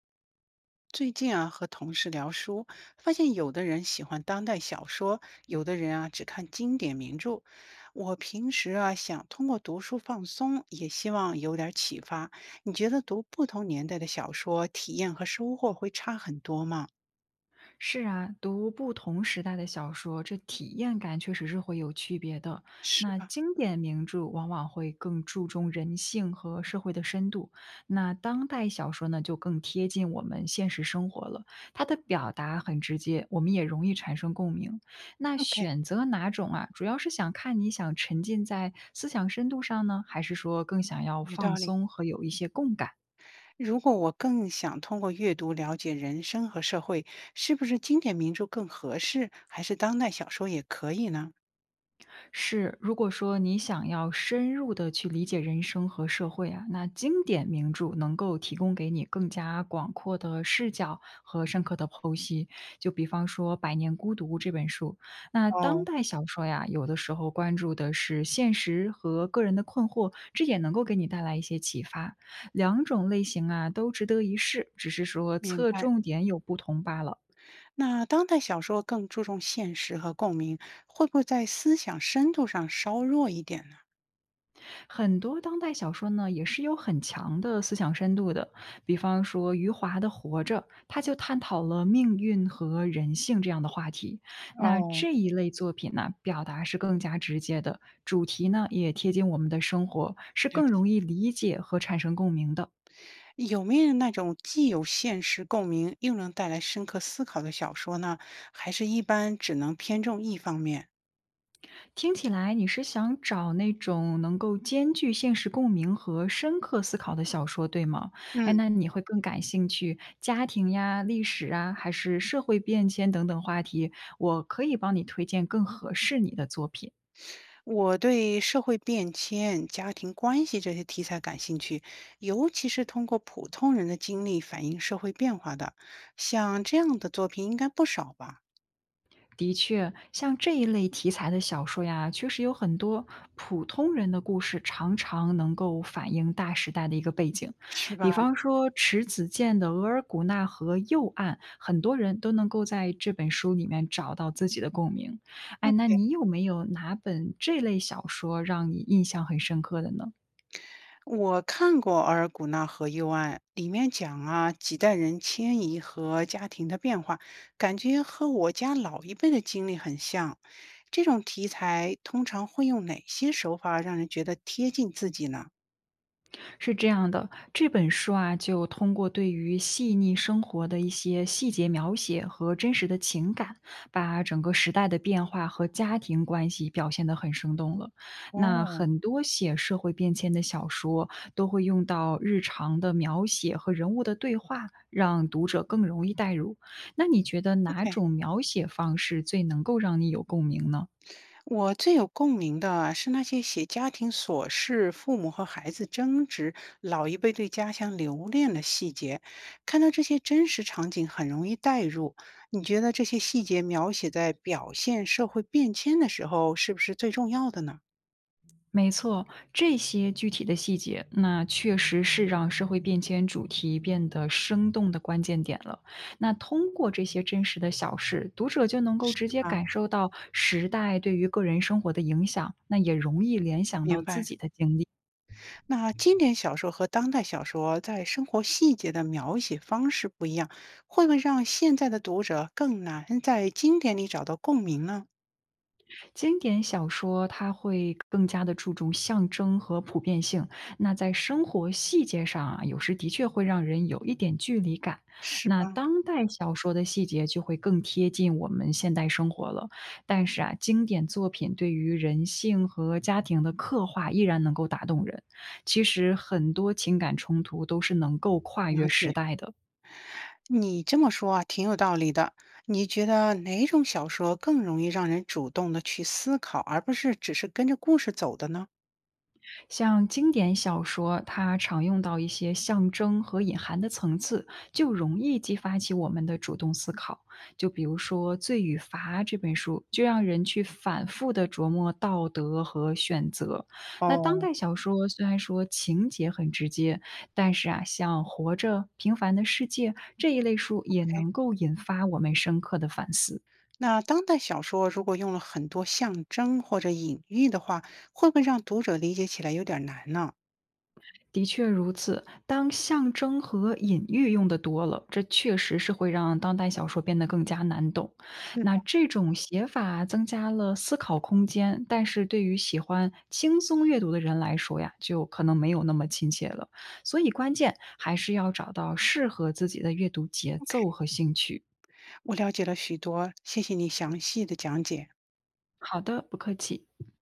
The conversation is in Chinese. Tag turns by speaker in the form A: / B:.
A: 最近啊，和同事聊书，发现有的人喜欢当代小说，有的人啊只看经典名著。我平时啊想通过读书放松，也希望有点启发。你觉得读不同年代的小说，体验和收获会差很多吗？
B: 是啊，读不同时代的小说，这体验感确实是会有区别的。
A: 是
B: 那
A: 吧
B: 经典名著往往会更注重人性和社会的深度，那当代小说呢，就更贴近我们现实生活了。它的表达很直接，我们也容易产生共鸣。那
A: ？OK，
B: 选择哪种啊，主要是想看你想沉浸在思想深度上呢，还是说更想要
A: 有道
B: 放
A: 理。
B: 松和有一些共感？
A: 如果我更想通过阅读了解人生和社会，是不是经典名著更合适，还是当代小说也可以呢？
B: 是，如果说你想要深入的去理解人生和社会啊，那经典名著能够提供给你更加广阔的视角和深刻的剖析。就比方说《百年孤独》这本书，那当
A: 哦，
B: 代小说呀，有的时候关注的是现实和个人的困惑，这也能够给你带来一些启发。两种类型啊，都值得一试，只是说
A: 明
B: 侧
A: 白。
B: 重点有不同罢了。
A: 那当代小说更注重现实和共鸣，会不会在思想深度上稍弱一点呢？
B: 很多当代小说呢，也是有很强的思想深度的。比方说余华的《活着》，他就探讨了命运和人性这样的话题。那
A: 哦，
B: 这一类作品呢，表达是更加直接的，主题呢也贴近我们的生活，是
A: 了
B: 更容
A: 解。
B: 易理解和产生共鸣的。
A: 有没有那种既有现实共鸣，又能带来深刻思考的小说呢？还是一般只能偏重一方面？
B: 听起来你是想找那种能够兼具现实共鸣和深刻思考的小说，对吗？
A: 嗯，
B: 哎，那你会更感兴趣家庭呀、历史啊，还是社会变迁等等话题？我可以帮你推荐更合适你的作品。
A: 我对社会变迁、家庭关系这些题材感兴趣，尤其是通过普通人的经历反映社会变化的，像这样的作品应该不少吧？
B: 的确，像这一类题材的小说呀，确实有很多普通人的故事，常常能够反映大时代的一个背景。
A: 是吧？
B: 比方说迟子建的《额尔古纳河右岸》，很多人都能够在这本书里面找到自己的共鸣。哎，那你有没有哪本这类小说让你印象很深刻的呢？
A: 我看过《额尔古纳河右岸》，里面讲啊几代人迁移和家庭的变化，感觉和我家老一辈的经历很像。这种题材通常会用哪些手法让人觉得贴近自己呢？
B: 是这样的，这本书啊，就通过对于细腻生活的一些细节描写和真实的情感，把整个时代的变化和家庭关系表现得很生动了。那
A: 哦
B: 很多写社会变迁的小说都会用到日常的描写和人物的对话，让读者更容易代入。那你觉得哪
A: ，OK，
B: 种描写方式最能够让你有共鸣呢？
A: 我最有共鸣的啊是那些写家庭琐事、父母和孩子争执、老一辈对家乡留恋的细节。看到这些真实场景，很容易代入。你觉得这些细节描写在表现社会变迁的时候，是不是最重要的呢？
B: 没错，这些具体的细节，那确实是让社会变迁主题变得生动的关键点了。那通过这些真实的小事，读者就能够直
A: 是
B: 接
A: 吧？
B: 感受到时代对于个人生活的影响，那也容易联想到
A: 明
B: 自
A: 白。
B: 己的经历。
A: 那经典小说和当代小说在生活细节的描写方式不一样，会不会让现在的读者更难在经典里找到共鸣呢？
B: 经典小说它会更加的注重象征和普遍性，那在生活细节上啊，有时的确会让人有一点距离感。
A: 是
B: 那
A: 吧？
B: 当代小说的细节就会更贴近我们现代生活了，但是啊，经典作品对于人性和家庭的刻画依然能够打动人。其实很多情感冲突都是能够跨
A: 了
B: 越时
A: 解。
B: 代的。
A: 你这么说啊，挺有道理的。你觉得哪种小说更容易让人主动的去思考，而不是只是跟着故事走的呢？
B: 像经典小说，它常用到一些象征和隐含的层次，就容易激发起我们的主动思考。就比如说《罪与罚》这本书，就让人去反复的琢磨道德和选择。那当
A: 哦，
B: 代小说虽然说情节很直接，但是啊，像《活着》《平凡的世界》这一类书，也
A: OK，
B: 能够引发我们深刻的反思。
A: 那当代小说如果用了很多象征或者隐喻的话，会不会让读者理解起来有点难呢
B: 的确如此，当象征和隐喻用的多了，这确实是会让当代小说变得更加难懂。那这种写法增加了思考空间，但是对于喜欢轻松阅读的人来说呀，就可能没有那么亲切了。所以关键还是要找到适合自己的阅读节奏
A: ？OK，
B: 和兴趣。
A: 我了解了许多，谢谢你详细的讲解。
B: 好的，不客气。